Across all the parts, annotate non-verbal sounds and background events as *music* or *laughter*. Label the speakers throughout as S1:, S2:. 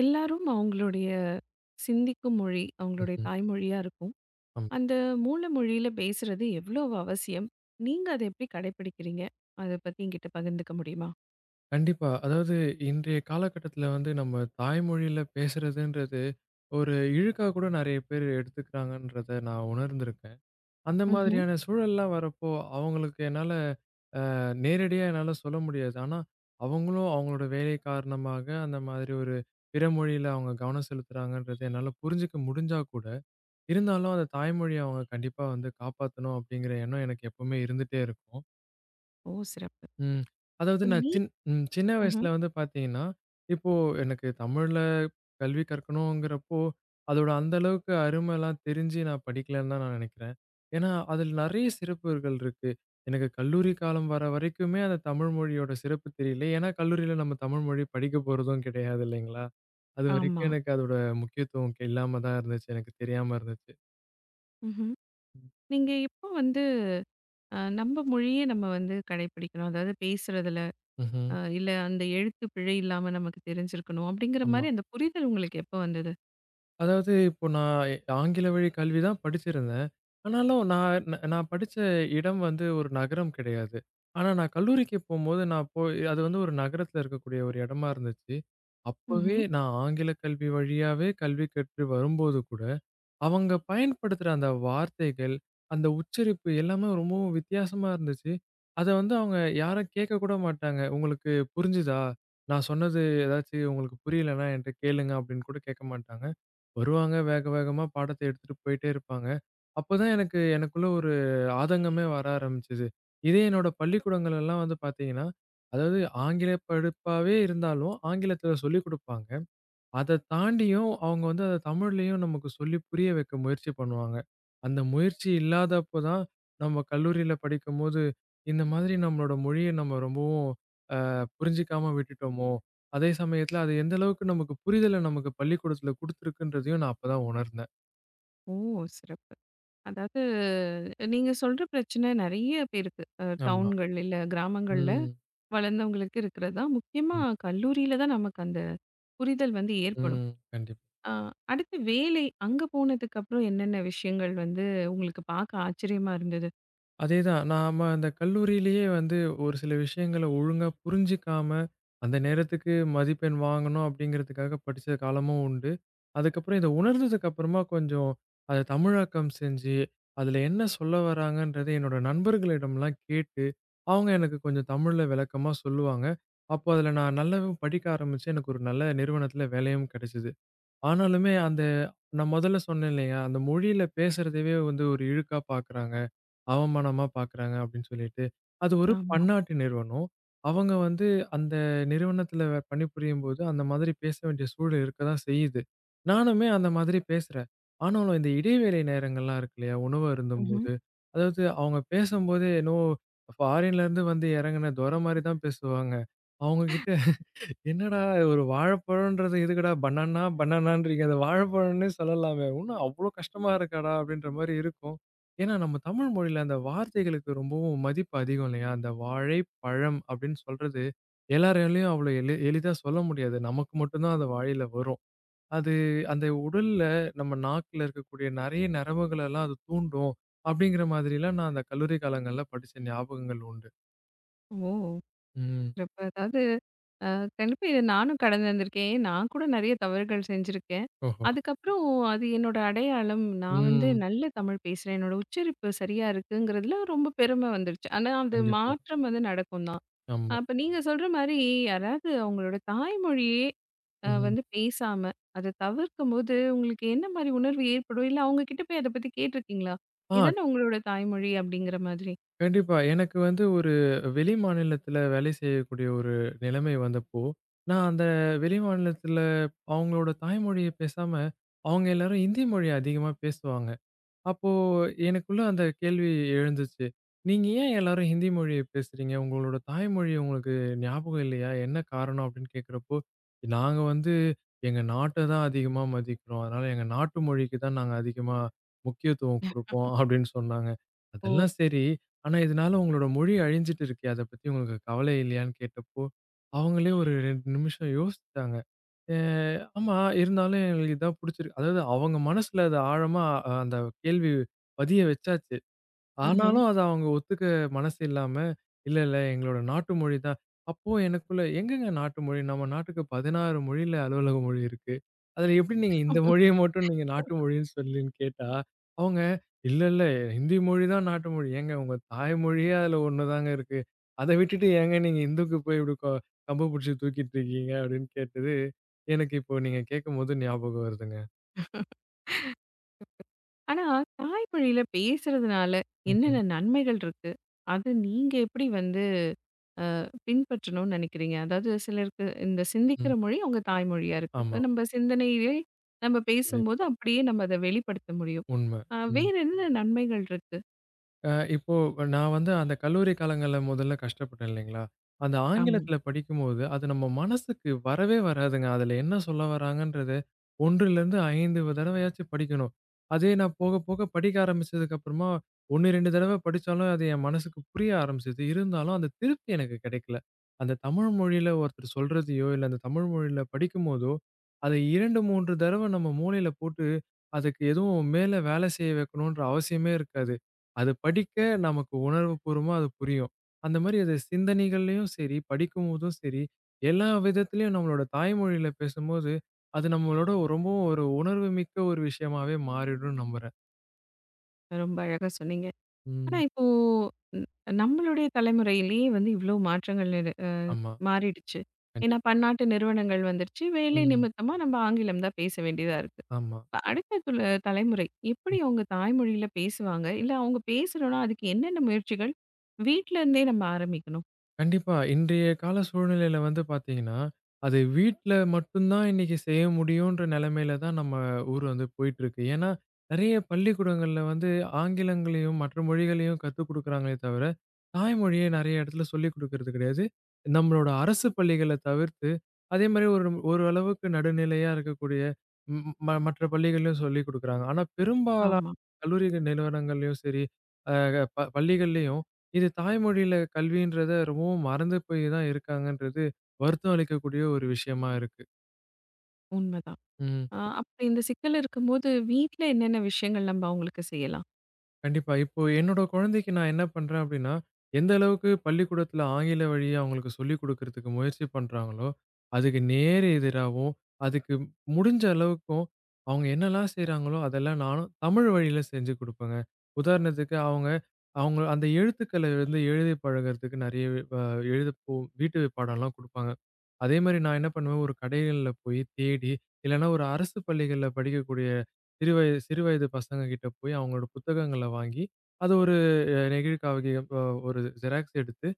S1: எல்லாரும் அவங்களுடைய சிந்திக்கும் மொழி, அவங்களுடைய
S2: ம்ஹ்ம்.
S1: தாய்மொழியா இருக்கும்.
S2: ஆமா.
S1: அந்த மூல மொழியில பேசுறது எவ்வளவு அவசியம்? நீங்க அத எப்படி கடைப்பிடிக்கிறீங்க? அத பத்தி என்கிட்ட பகிர்ந்துக்க முடியுமா?
S2: கண்டிப்பா. அதாவது இன்றைய காலகட்டத்தில வந்து நம்ம தாய்மொழியில பேசுறதுன்றது, ஒரு இழுக்கா கூட நெறைய பேர் எடுத்துக்கிறாங்கன்றத நான் உணர்ந்திருக்கேன். அந்த
S1: ம்ஹ்ம்.
S2: மாதிரியான சூழல்லாம் வரப்போ, அவங்களுக்கு என்னால நேரடியா என்னால சொல்ல முடியாது. ஆனா, அவங்களும் அவங்களோட வேலை காரணமாக அந்த மாதிரி ஒரு பிற மொழியில அவங்க கவனம் செலுத்துறாங்கன்றத என்னால புரிஞ்சுக்க முடிஞ்சா கூட, இருந்தாலும் அந்த தாய்மொழிய அவங்க கண்டிப்பா வந்து காப்பாத்தணும் அப்படிங்கிற எண்ணம் எனக்கு எப்பவுமே இருந்துட்டே இருக்கும்.
S1: ஓ! சிறப்பு.
S2: ம். அதாவது
S1: இப்ப
S2: நான்
S1: நீ
S2: சின் ம். சின்ன
S1: ம்ஹ்ம்.
S2: வயசுல வந்து பார்த்தீங்கன்னா, இப்போ எனக்கு தமிழ்ல கல்வி கற்கணுங்கிறப்போ, அதோட அந்த அளவுக்கு அருமைலாம் தெரிஞ்சு நான் படிக்கலன்னு தான் நான் நெனைக்கிறேன். ஏன்னா, அதில் நெறைய சிறப்புகள் இருக்கு. எனக்கு கல்லூரி காலம் வர வரைக்குமே அந்த தமிழ் மொழியோட சிறப்பு தெரியல. ஏன்னா, கல்லூரியில நம்ம தமிழ் மொழி படிக்க போறதும் கிடையாது இல்லைங்களா?
S1: ஆமா.
S2: அதுவரைக்கும் எனக்கு அதோட முக்கியத்துவம் இல்லாம தான் இருந்துச்சு. எனக்கு தெரியாம இருந்துச்சு.
S1: ம்ஹ்ம். நீங்க எப்போ வந்து நம்ப மொழியே நம்ம வந்து கடைப்பிடிக்கணும். அதாவது பேசுறதுல
S2: ம்ஹ்ம்.
S1: இல்ல அந்த எழுத்து பிழை இல்லாம நமக்கு தெரிஞ்சிருக்கணும். அப்படிங்கிற
S2: ஆமா.
S1: மாரி அந்த புரிதல் உங்களுக்கு எப்போ வந்தது?
S2: அதாவது இப்போ நான் ஆங்கில வழி கல்வி தான் படிச்சிருந்தேன். ஆனாலும் நான் படிச்ச இடம் வந்து ஒரு நகரம் கிடையாது. ஆனா நான் கல்லூரிக்கு போம்போது நான் போய் அது வந்து ஒரு நகரத்துல இருக்கக்கூடிய ஒரு இடமா இருந்துச்சு. அப்பவே
S1: ம்ஹ்ம்.
S2: நான் ஆங்கில கல்வி வழியாவே கல்வி கற்று வரும்போது கூட, அவங்க பயன்படுத்துற அந்த வார்த்தைகள், அந்த உச்சரிப்பு எல்லாமே ரொம்பவும் வித்தியாசமா இருந்துச்சு. அத வந்து அவங்க யாரும் கேட்கக் கூட மாட்டாங்க. "உங்களுக்கு புரிஞ்சுதா? நான் சொன்னது ஏதாச்சு உங்களுக்கு புரியலன்னா என்ட்ட கேளுங்க" அப்படின்னு கூட கேட்க மாட்டாங்க. வருவாங்க. வேக வேகமா பாடத்த எடுத்துட்டு போயிட்டே இருப்பாங்க. அப்பதான் எனக்கு எனக்குள்ள ஒரு ஆதங்கமே வர ஆரம்பிச்சது. இதே என்னோட பள்ளிக்கூடங்கள் எல்லாம் வந்து பார்த்தீங்கன்னா, அதாவது ஆங்கில படிப்பாவே இருந்தாலும், ஆங்கிலத்தில சொல்லிக் குடுப்பாங்க. அத தாண்டியும் அவங்க வந்து அத தமிழ்லயும் நமக்கு சொல்லி புரிய வைக்க முயற்சி பண்ணுவாங்க. அந்த முயற்சி இல்லாதப்போ தான் நம்ம கல்லூரியில படிக்கும்போது, இந்த மாதிரி நம்மளோட மொழிய நம்ம ரொம்பவும் புரிஞ்சுக்காம விட்டுட்டோமோ! அதே சமயத்துல அது எந்த அளவுக்கு நமக்கு புரிதல நமக்கு பள்ளிக்கூடத்துல குடுத்துருக்குன்றதையும் நான் அப்பதான் உணர்ந்தேன்.
S1: ஓ! சிறப்பு. அதாவது நீங்க சொல்ற பிரச்சனை நெறைய பேருக்கு.
S2: ஆமா.
S1: டவுன்கள் இல்ல கிராமங்கள்ல
S2: ம்.
S1: வளர்ந்தவங்களுக்கு இருக்கிறது தான். முக்கியமா கல்லூரியில தான் நமக்கு அந்த புரிதல் வந்து ஏற்படும்.
S2: ம். கண்டிப்பா.
S1: அ அடுத்து வேலை அங்க போனதுக்கு அப்புறம் என்னென்ன விஷயங்கள் வந்து உங்களுக்கு பார்க்க ஆச்சரியமா இருந்தது?
S2: அதேதான். நாம அந்த கல்லூரியிலேயே வந்து ஒரு சில விஷயங்கள ஒழுங்கா புரிஞ்சுக்காம, அந்த நேரத்துக்கு மதிப்பெண் வாங்கணும் அப்படிங்கிறதுக்காக படிச்ச காலமும் உண்டு. அதுக்கப்புறம் இத உணர்ந்ததுக்கு அப்புறமா கொஞ்சம் அத தமிழாக்கம் செஞ்சு, அதுல என்ன சொல்ல வராங்கன்றத என்னோட நண்பர்களிடம்லாம் கேட்டு, அவங்க எனக்கு கொஞ்சம் தமிழ்ல விளக்கமா சொல்லுவாங்க. அப்போ அதுல நான் நல்லாவும் படிக்க ஆரம்பிச்சேன். எனக்கு ஒரு நல்ல நிறுவனத்துல வேலையும் கிடைச்சது. ஆனாலுமே அந்த நான் முதல்ல சொன்னேன் இல்லையா? அந்த மொழியில பேசுறதவே வந்து ஒரு இழுக்கா பார்க்குறாங்க. அவமானமா பார்க்குறாங்க அப்படின்னு சொல்லிட்டு. அது ஒரு
S1: ஆமா.
S2: பன்னாட்டு நிறுவனம். அவங்க வந்து அந்த நிறுவனத்தில பணிபுரியும்போது அந்த மாதிரி பேச வேண்டிய சூழல் இருக்க தான் செய்யுது. நானுமே அந்த மாதிரி பேசுறேன். ஆனாலும் இந்த இடைவேளை நேரங்கள்லாம் இருக்கு இல்லையா? உணவு
S1: ம்ஹ்ம்.
S2: அருந்தும்போது, அதாவது அவங்க பேசும்போதே என்னவோ ஃபாரின்லேருந்து வந்து இறங்குன துரை மாரி தான் பேசுவாங்க. அவங்க கிட்ட என்னடா ஒரு வாழைப்பழம்ன்றது எதுக்குடா பனானா பனானான்றீங்க. அத வாழைப்பழம்ன்னே சொல்லலாமே! இன்னும் அவ்ளோ கஷ்டமா இருக்காடா! அப்டின்ற மாரி இருக்கும். ஏன்னா, நம்ம தமிழ் மொழியில அந்த வார்த்தைகளுக்கு ரொம்பவும் மதிப்பு அதிகம் இல்லையா? அந்த வாழைப்பழம் அப்படின்னு சொல்றது எல்லாராலயும் அவ்ளோ எளிதா சொல்ல முடியாது. நமக்கு மட்டும் தான் அது வாயில வரும். அது அந்த உடல்ல நம்ம நாக்குல இருக்கக்கூடிய நெறைய நரம்புகளெல்லாம் அது தூண்டும். அப்படிங்கிற மாதிரிலாம் நான் அந்த கல்லூரி காலங்கள்ல படிச்ச ஞாபகங்கள் உண்டு.
S1: ஓ!
S2: ம்.
S1: சிறப்பு. அதாவது அ கண்டிப்பா இத நானும் கடந்து வந்திருக்கேன். நான் கூட நெறைய தவறுகள் செஞ்சிருக்கேன்.
S2: ஓஹோ!
S1: அதுக்கப்புறம் அது என்னோட அடையாளம். நான் வந்து
S2: ம்.
S1: நல்ல தமிழ் பேசுறேன். என்னோட உச்சரிப்பு சரியா இருக்குங்கிறதுல ரொம்ப பெருமை வந்துருச்சு. ஆனா அது
S2: கண்டிப்பா.
S1: மாற்றம் வந்து நடக்கும் தான்.
S2: ஆமா.
S1: அப்ப நீங்க சொல்ற மாரி யாராவது அவங்களோட தாய்மொழியே
S2: ம்.
S1: வந்து பேசாம, அத தவிர்க்கும்போது உங்களுக்கு என்ன மாரி உணர்வு ஏற்படும்? இல்ல அவங்க கிட்ட போய் அத பத்தி கேட்டிருக்கீங்களா?
S2: ஆ
S1: இதானே உங்களோட தாய்மொழி அப்படிங்கிற மாதிரி.
S2: கண்டிப்பா. எனக்கு வந்து ஒரு வெளி மாநிலத்தில வேலை செய்யக்கூடிய ஒரு நிலைமை வந்தப்போ, நான் அந்த வெளி மாநிலத்தில அவங்களோட தாய்மொழிய பேசாம, அவங்க எல்லாரும் இந்தி மொழிய அதிகமா பேசுவாங்க. அப்போ எனக்குள்ள அந்த கேள்வி எழுந்துச்சு. நீங்க ஏன் எல்லாரும் ஹிந்தி மொழிய பேசுறீங்க? உங்களோட தாய்மொழி உங்களுக்கு ஞாபகம் இல்லையா? என்ன காரணம்? அப்படின்னு கேட்கிறப்போ, நாங்க வந்து எங்க நாட்ட தான் அதிகமா மதிக்கிறோம். அதனால எங்க நாட்டு மொழிக்கு தான் நாங்க அதிகமா முக்கியத்துவம் குடுப்போம் அப்படின்னு சொன்னாங்க. அதெல்லாம் சரி. ஆனா இதனால உங்களோட மொழி அழிஞ்சுட்டு இருக்கே. அத பத்தி உங்களுக்கு கவலை இல்லையான்னு கேட்டப்போ, அவங்களே ஒரு 2 நிமிஷம் யோசிச்சாங்க. அ ஆமா. இருந்தாலும் எங்களுக்கு இதான் புடிச்சிருக்கு. அதாவது அவங்க மனசுல அது ஆழமா, அந்த கேள்வி பதிய வச்சாச்சு.
S1: ம்ஹ்ம்.
S2: ஆனாலும் அத அவங்க ஒத்துக்க மனசு இல்லாம, இல்ல இல்ல எங்களோட நாட்டு மொழி தான். அப்போ எனக்குள்ள எங்கங்க நாட்டு மொழி? நம்ம நாட்டுக்கு 16 மொழியில அலுவலக மொழி இருக்கு. அதுல எப்படி நீங்க இந்த மொழிய மட்டும் நீங்க நாட்டு மொழின்னு சொல்லின்னு கேட்டா, அவங்க இல்ல இல்ல ஹிந்தி மொழி தான் நாட்டு மொழி. ஏங்க உங்க தாய்மொழியே அதுல ஒண்ணு தாங்க இருக்கு. அத விட்டுட்டு ஏங்க நீங்க இந்துக்கு போய் இப்படி கம்பு புடிச்சு தூக்கிட்டு இருக்கீங்க அப்படின்னு கேட்டது, எனக்கு இப்போ நீங்க கேட்கும்போது ஞாபகம் வருதுங்க.
S1: ஆனா, தாய்மொழியில பேசுறதுனால
S2: ம்ஹ்ம்.
S1: என்னென்ன நன்மைகள் இருக்கு? அது நீங்க எப்படி வந்து பின்பற்றணும்னு நினைக்கிறீங்க? அதாவது சிலருக்கு இந்த சிந்திக்கிற
S2: ம்.
S1: மொழி அவங்க தாய்மொழியா இருக்கு. இப்ப
S2: ஆமா.
S1: நம்ம சிந்தனையிலே நம்ம பேசும்போது
S2: கண்டிப்பா.
S1: அப்படியே நம்ம அத வெளிப்படுத்த முடியும்.
S2: உண்ம. ம்.
S1: வேற என்ன நன்மைகள் இருக்கு?
S2: இப்போ நான் வந்து அந்த கல்லூரி காலங்கள்ல முதல்ல கஷ்டப்பட்டேன் இல்லைங்களா? அந்த
S1: ஆமா,
S2: ஆங்கிலத்தில படிக்கும்போது, அது நம்ம மனசுக்கு வரவே வராதுங்க. அதில என்ன சொல்ல வராங்கன்றது 1லிருந்து 5 தடவையாச்சும் படிக்கணும். அதே நான் போக போக படிக்க ஆரம்பிச்சதுக்கு அப்புறமா 1, 2 தடவ படிச்சாலும் அது என் மனசுக்கு புரிய ஆரம்பிச்சது. இருந்தாலும் அந்த திருப்தி எனக்கு கிடைக்கல. அந்த தமிழ் மொழியில ஒருத்தர் சொல்றதையோ, இல்ல அந்த தமிழ் மொழியில படிக்கும்போதோ, அதை 2, 3 தடவ நம்ம மூளையில போட்டு அதுக்கு எதுவும் மேல வேலை செய்ய வைக்கணுன்ற அவசியமே இருக்காது. அது படிக்க நமக்கு உணர்வுபூர்வமா அது புரியும். அந்த மாரி அது சிந்தனைகள்லயும் சரி, படிக்கும்போதும் சரி, எல்லா விதத்திலயும் நம்மளோட தாய்மொழியில பேசும்போது, அது நம்மளோட ரொம்பவும் ஒரு உணர்வு மிக்க ஒரு விஷயமாவே மாறிடும்னு நம்புறேன்.
S1: ரொம்ப அழகா சொன்னீங்க. ஆனா
S2: ம்.
S1: இப்போ ன் நம்மளுடைய தலைமுறையிலேயே வந்து இவ்ளோ மாற்றங்கள் நிடு அ
S2: ஆமா.
S1: மாறிடுச்சு. ஏன்னா
S2: கண்டிப்பா.
S1: பன்னாட்டு நிறுவனங்கள் வந்துருச்சு. வேலை
S2: ம்.
S1: நிமித்தமா நம்ம ஆங்கிலம் தான் பேச வேண்டியதா இருக்கு.
S2: ஆமா.
S1: அடுத்த தலைமுறை எப்படி அவங்க தாய்மொழியில பேசுவாங்க? இல்ல அவங்க பேசணும்னா அதுக்கு என்னென்ன முயற்சிகள் வீட்ல இருந்தே நம்ம ஆரம்பிக்கணும்?
S2: கண்டிப்பா. இன்றைய கால சூழ்நிலையில வந்து பார்த்தீங்கன்னா, அது வீட்ல மட்டும் தான் இன்னைக்கு செய்ய முடியுன்ற நிலைமையில தான் நம்ம ஊர் வந்து போயிட்டுருக்கு. ஏன்னா, நெறைய பள்ளிக்கூடங்கள்ல வந்து ஆங்கிலங்களையும், மற்ற மொழிகளையும் கத்துக் குடுக்குறாங்களே தவிர, தாய்மொழிய நெறைய இடத்துல சொல்லிக் குடுக்கறது கிடையாது. நம்மளோட அரசு பள்ளிகள தவிர்த்து, அதே மாரி ஒரு ஓரளவுக்கு நடுநிலையா இருக்கக்கூடிய ம் ம மற்ற பள்ளிகள்லயும் சொல்லிக் குடுக்குறாங்க. ஆனா, பெரும்பாலான
S1: ஆமா,
S2: கல்லூரி நிறுவனங்கள்லயும் சரி, அ ப பள்ளிகள்லயும் இது தாய்மொழியில கல்வின்றத ரொம்பவும் மறந்து போய் தான் இருக்காங்கன்றது, வருத்தம் அளிக்கக்கூடிய ஒரு விஷயமா இருக்கு.
S1: உண்மதான்.
S2: ம்.
S1: அப்படி இந்த சிக்கல் இருக்கும்போது வீட்ல என்னென்ன விஷயங்கள் நம்ம அவங்களுக்கு செய்யலாம்?
S2: கண்டிப்பா. இப்போ என்னோட குழந்தைக்கு நான் என்ன பண்றேன் அப்டின்னா, எந்த அளவுக்கு பள்ளிக்கூடத்துல ஆங்கில வழிய அவங்களுக்கு சொல்லிக் குடுக்குறதுக்கு முயற்சி பண்றாங்களோ, அதுக்கு நேர் எதிராவும், அதுக்கு முடிஞ்ச அளவுக்கும் அவங்க என்னலாம் செய்றாங்களோ, அதெல்லாம் நானும் தமிழ் வழியில செஞ்சு குடுப்பேங்க. உதாரணத்துக்கு அவங்க அவங்க அந்த எழுத்துக்கள வந்து எழுதி பழகுறதுக்கு நெறைய அ எழுத போ வீட்டு பாடம்லாம் குடுப்பாங்க. அதே மாரி நான் என்ன பண்ணுவேன், ஒரு கடைகள்ல போய் தேடி, இல்லன்னா ஒரு அரசு பள்ளிகள்ல படிக்கக்கூடிய சிறு வயது சிறு வயது பசங்க கிட்ட போய் அவங்களோட புத்தகங்கள வாங்கி, அது ஒரு அ நெகிழ்காவியம் அ ஒரு ஜெராக்ஸ் எடுத்து,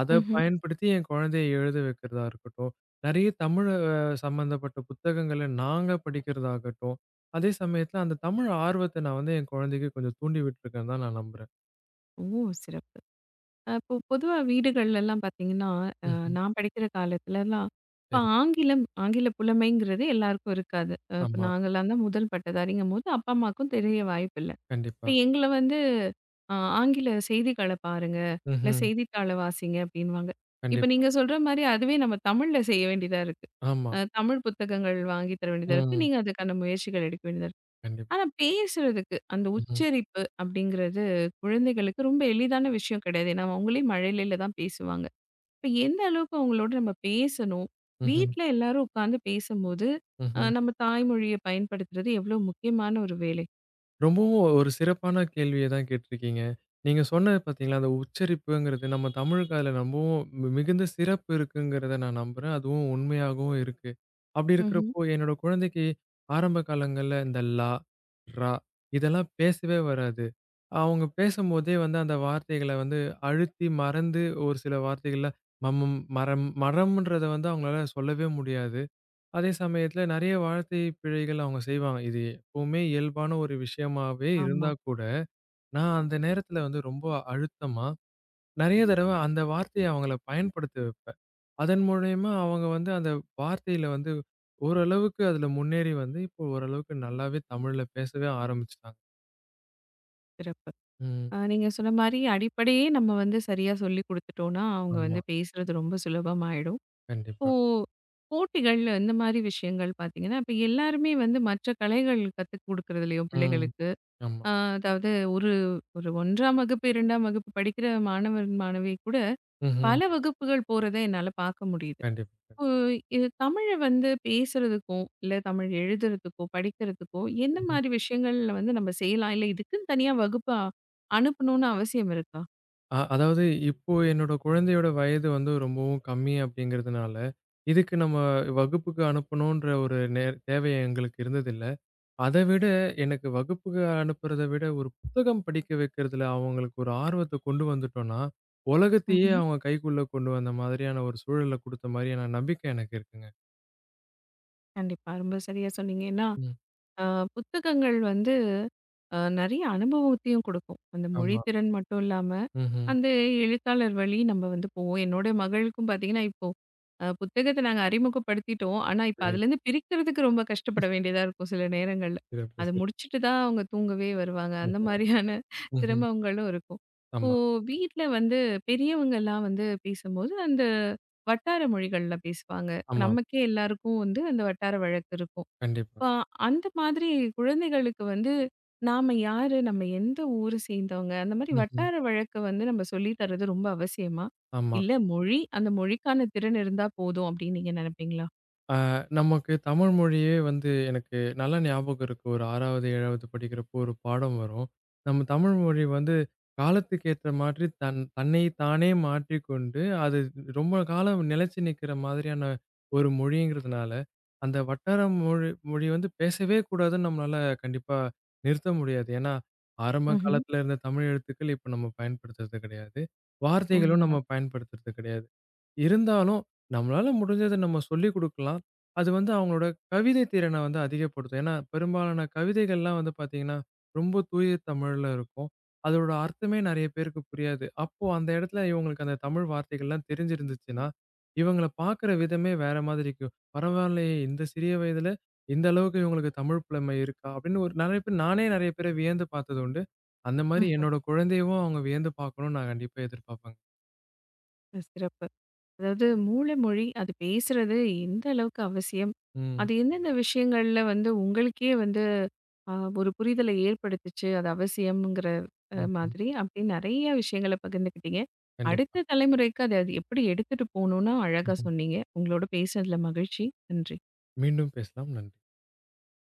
S2: அத
S1: ம்ஹ்ம்.
S2: பயன்படுத்தி என் குழந்தைய எழுத வைக்கிறதா இருக்கட்டும். நெறைய தமிழ் சம்மந்தப்பட்ட புத்தகங்கள நாங்க படிக்கிறதாகட்டும். அதே சமயத்துல அந்த தமிழ் ஆர்வத்த நான் வந்து என் குழந்தைக்கு கொஞ்சம் தூண்டி விட்டுருக்கேன்னு தான் நான் நம்புறேன்.
S1: ஓ! சிறப்பு. இப்போ பொதுவா வீடுகள்லலாம் பார்த்தீங்கன்னா, அ
S2: ம்ஹ்ம்.
S1: நான் படிக்கிற காலத்துலலாம் இப்ப
S2: சரி.
S1: ஆங்கிலம், ஆங்கில புலமைங்கிறது எல்லாருக்கும் இருக்காது. இப்ப
S2: ஆமா.
S1: நாங்கலாம் தான் முதல் பட்டதாரிங்கும்போது அப்பா, அம்மாவுக்கும் தெரிய வாய்ப்பில்ல.
S2: கண்டிப்பா.
S1: இப்ப எங்கள வந்து அ ஆங்கில செய்திகள பாருங்க, இல்ல
S2: ம்ஹ்ம்.
S1: செய்தித்தாள வாசிங்க அப்டின்னுவாங்க. இப்ப
S2: கண்டிப்பா.
S1: நீங்க சொல்ற மாரி அதுவே நம்ம தமிழ்ல செய்ய வேண்டியதா இருக்கு.
S2: ஆமா.
S1: தமிழ் புத்தகங்கள் வாங்கி தர வேண்டியதா இருக்கு.
S2: ம்.
S1: நீங்க அதுக்கான முயற்சிகள் எடுக்க வேண்டியதா இருக்கு.
S2: கண்டிப்பா.
S1: ஆனா பேசுறதுக்கு அந்த
S2: ம்ஹ்ம்.
S1: உச்சரிப்பு அப்டிங்கிறது குழந்தைகளுக்கு ரொம்ப எளிதான விஷயம் கிடையாது. ஏன்னா, அவங்களே மழலையில தான் பேசுவாங்க. இப்ப எந்த அளவுக்கு அவங்களோட நம்ம பேசணும்?
S2: ம்ஹ்ம்.
S1: வீட்ல எல்லாரும் உட்கார்ந்து பேசும்போது,
S2: ம்ஹ்ம்.
S1: நம்ம தாய்மொழிய பயன்படுத்துறது எவ்ளோ முக்கியமான ஒரு வேலை?
S2: ரொம்பவும் ஒரு சிறப்பான கேள்விய தான் கேட்டிருக்கீங்க. நீங்க சொன்னது பார்த்தீங்களா, அந்த உச்சரிப்புங்கிறது நம்ம தமிழுக்கு அதில ரொம்பவும் மிகுந்த சிறப்பு இருக்குங்கிறத நான் நம்புறேன். அதுவும் உண்மையாகவும் இருக்கு. அப்படி
S1: ம்ஹ்ம்.
S2: இருக்கிறப்போ, என்னோட குழந்தைக்கு ஆரம்ப காலங்கள்ல இந்த லா, ரா இதெல்லாம் பேசவே வராது. அவங்க பேசும்போதே வந்து அந்த வார்த்தைகள வந்து அழுத்தி மறந்து ஒரு சில வார்த்தைகள்ல மரம்ன்றத வந்து அவங்களால சொல்லவே முடியாது. அதே சமயத்துல நெறைய வார்த்தை பிழைகள் அவங்க செய்வாங்க. இது எப்பவுமே இயல்பான ஒரு விஷயமாவே
S1: ஆமா,
S2: இருந்தா கூட, நான் அந்த நேரத்துல வந்து ரொம்ப அழுத்தமா, நெறைய தடவ அந்த வார்த்தைய அவங்கள பயன்படுத்த வைப்பேன். அதன் மூலியமா அவங்க வந்து அந்த வார்த்தையில வந்து ஓரளவுக்கு அதுல முன்னேறி வந்து, இப்போ ஓரளவுக்கு நல்லாவே தமிழ்ல பேசவே ஆரம்பிச்சுட்டாங்க.
S1: சிறப்பு.
S2: ம்.
S1: நீங்க சொன்ன மாரி அடிப்படையே நம்ம வந்து சரியா சொல்லிக் குடுத்துட்டோம்னா, அவங்க
S2: ஆமா.
S1: வந்து பேசுறது ரொம்ப சுலபமாயிடும். இப்போ
S2: கண்டிப்பா.
S1: போட்டிகள் இந்த மாரி விஷயங்கள் பார்த்தீங்கன்னா, இப்ப எல்லாருமே வந்து மற்ற கலைகள் கத்துக் குடுக்குறதுலயும்
S2: ம்.
S1: பிள்ளைகளுக்கு,
S2: ஆமா.
S1: அ அதாவது ஒரு ஒரு 1ஆம் வகுப்பு, 2ஆம் வகுப்பு படிக்கிற மாணவன், மாணவி கூட
S2: ம்ஹ்ம்.
S1: பல வகுப்புகள் போறத என்னால பார்க்க முடியுது.
S2: கண்டிப்பா.
S1: இப்போ இது தமிழ வந்து பேசுறதுக்கோ, இல்ல தமிழ் எழுதுறதுக்கோ, படிக்கிறதுக்கோ என்ன
S2: ம்.
S1: மாரி விஷயங்கள்ல வந்து நம்ம செய்யலாம்? இல்ல இதுக்குன்னு தனியா அனுப்பணும்னு அவசியம் இருக்கா?
S2: அதாவது இப்போ என்னோட குழந்தையோட வயது வந்து ரொம்பவும் கம்மி அப்படிங்கிறதுனால, இதுக்கு நம்ம வகுப்புக்கு அனுப்பணுன்ற ஒரு தேவை எங்களுக்கு இருந்ததில்ல. அதை விட எனக்கு வகுப்புக்கு அனுப்புறத விட ஒரு புத்தகம் படிக்க வைக்கிறதுல அவங்களுக்கு ஒரு ஆர்வத்தை கொண்டு வந்துட்டோம்னா, உலகத்தையே
S1: ம்ஹ்ம்.
S2: அவங்க கைக்குள்ள கொண்டு வந்த மாதிரியான ஒரு சூழல குடுத்த மாதிரியான நம்பிக்கை எனக்கு இருக்குங்க.
S1: கண்டிப்பா. ரொம்ப சரியா சொன்னீங்க. ஏன்னா,
S2: ம்.
S1: அ புத்தகங்கள் வந்து நெறைய அனுபவத்தையும் குடுக்கும். அந்த மொழி
S2: ஆமா.
S1: திறன் மட்டும் இல்லாம,
S2: ம்ஹ்ம்.
S1: அந்த எழுத்தாளர் வழி நம்ம வந்து போவோம். என்னோட மகளுக்கும் பார்த்தீங்கன்னா, இப்போ புத்தகத்த நாங்க அறிமுகப்படுத்திட்டோம். ஆனா, இப்ப
S2: சரி.
S1: அதுலேருந்து பிரிக்கிறதுக்கு ரொம்ப கஷ்டப்பட வேண்டியதா இருக்கும் சில நேரங்கள்ல.
S2: சிறப்பு,
S1: அத
S2: சிறப்பு.
S1: முடிச்சுட்டு தான் அவங்க தூங்கவே வருவாங்க. அந்த
S2: ஓஹோ!
S1: மாரியான *laughs*
S2: ம்ஹ்ம்.
S1: சிரமங்களும் இருக்கும். இப்போ
S2: ஆமா,
S1: வீட்ல வந்து பெரியவங்கலாம் வந்து பேசும்போது, அந்த வட்டார மொழிகள்ல பேசுவாங்க. இப்ப
S2: ஆமா.
S1: நமக்கே எல்லாருக்கும் வந்து அந்த வட்டார வழக்கு இருக்கும்.
S2: கண்டிப்பா.
S1: இப்ப அந்த மாதிரி குழந்தைகளுக்கு வந்து நாம யாரு, நம்ம எந்த ஊரு சேர்ந்தவங்க, அந்த மாதிரி
S2: ம்ஹ்ம்.
S1: வட்டார வழக்க வந்து நம்ம சொல்லி தர்றது ரொம்ப அவசியமா?
S2: ஆமா.
S1: இல்ல மொழி, அந்த மொழிக்கான திறன் இருந்தா போதும் அப்படின்னு நீங்க நினைப்பீங்களா?
S2: ஆ, நமக்கு தமிழ் மொழியே வந்து எனக்கு நல்லா ஞாபகம் இருக்கு. ஒரு 6வது, 7வது படிக்கிறப்போ ஒரு பாடம் வரும். நம்ம தமிழ் மொழி வந்து காலத்துக்கு ஏத்த மாதிரி தன் தன்னை தானே மாற்றிக்கொண்டு, அது ரொம்ப காலம் நிலைச்சு நிக்கிற மாதிரியான ஒரு மொழிங்கிறதுனால, அந்த வட்டார மொழி மொழி வந்து பேசவே கூடாதுன்னு நம்மளால கண்டிப்பா நிறுத்த முடியாது. ஏன்னா, ஆரம்ப
S1: ம்ஹ்ம்.
S2: காலத்துல இருந்த தமிழ் எழுத்துக்கள் இப்ப நம்ம பயன்படுத்துறது கிடையாது. வார்த்தைகளும் நம்ம
S1: உண்மைதான்.
S2: பயன்படுத்துறது கிடையாது. இருந்தாலும் நம்மளால முடிஞ்சத நம்ம சொல்லிக் குடுக்கலாம். அது வந்து அவங்களோட கவிதை திறனை வந்து அதிகப்படுத்தும். ஏன்னா, பெரும்பாலான கவிதைகள்லாம் வந்து பார்த்தீங்கன்னா, ரொம்ப தூய தமிழ்ல இருக்கும். அதோட அர்த்தமே நெறைய பேருக்கு புரியாது. அப்போ அந்த இடத்துல இவங்களுக்கு அந்த தமிழ் வார்த்தைகள்லாம் தெரிஞ்சிருந்துச்சுன்னா, இவங்கள பார்க்குற விதமே வேற மாதிரி இருக்கும். பரவாயில்லையே! இந்த சிறிய வயதில இந்த அளவுக்கு இவங்களுக்கு தமிழ் புலமை இருக்கா? அப்படின்னு ஒரு நெறைய பேர் நானே நெறைய பேர வியந்து பார்த்தது உண்டு. அந்த மாரி
S1: ம்.
S2: என்னோட குழந்தையவும் அவங்க வியந்து பார்க்கணும்னு நான் கண்டிப்பா எதிர்பார்ப்பேங்க.
S1: அது சிறப்பு. அதாவது மூல மொழி அது பேசுறது எந்த அளவுக்கு அவசியம்?
S2: ம்.
S1: அது எந்தெந்த விஷயங்கள்ல வந்து உங்களுக்கே வந்து ஆ ஒரு புரிதலை ஏற்படுத்துச்சு. அது அவசியம்ங்கிற
S2: ம்ஹ்ம்.
S1: மாதிரி அப்படி நெறைய விஷயங்கள பகிர்ந்துக்கிட்டீங்க.
S2: கண்டிப்பா.
S1: அடுத்த தலைமுறைக்கு அத அது எப்படி எடுத்துட்டு போணும்னு அழகா
S2: ம்ஹ்ம்.
S1: சொன்னீங்க. உங்களோட பேசினதுல மகிழ்ச்சி. நன்றி.
S2: மீண்டும் பேசலாம். நன்றி.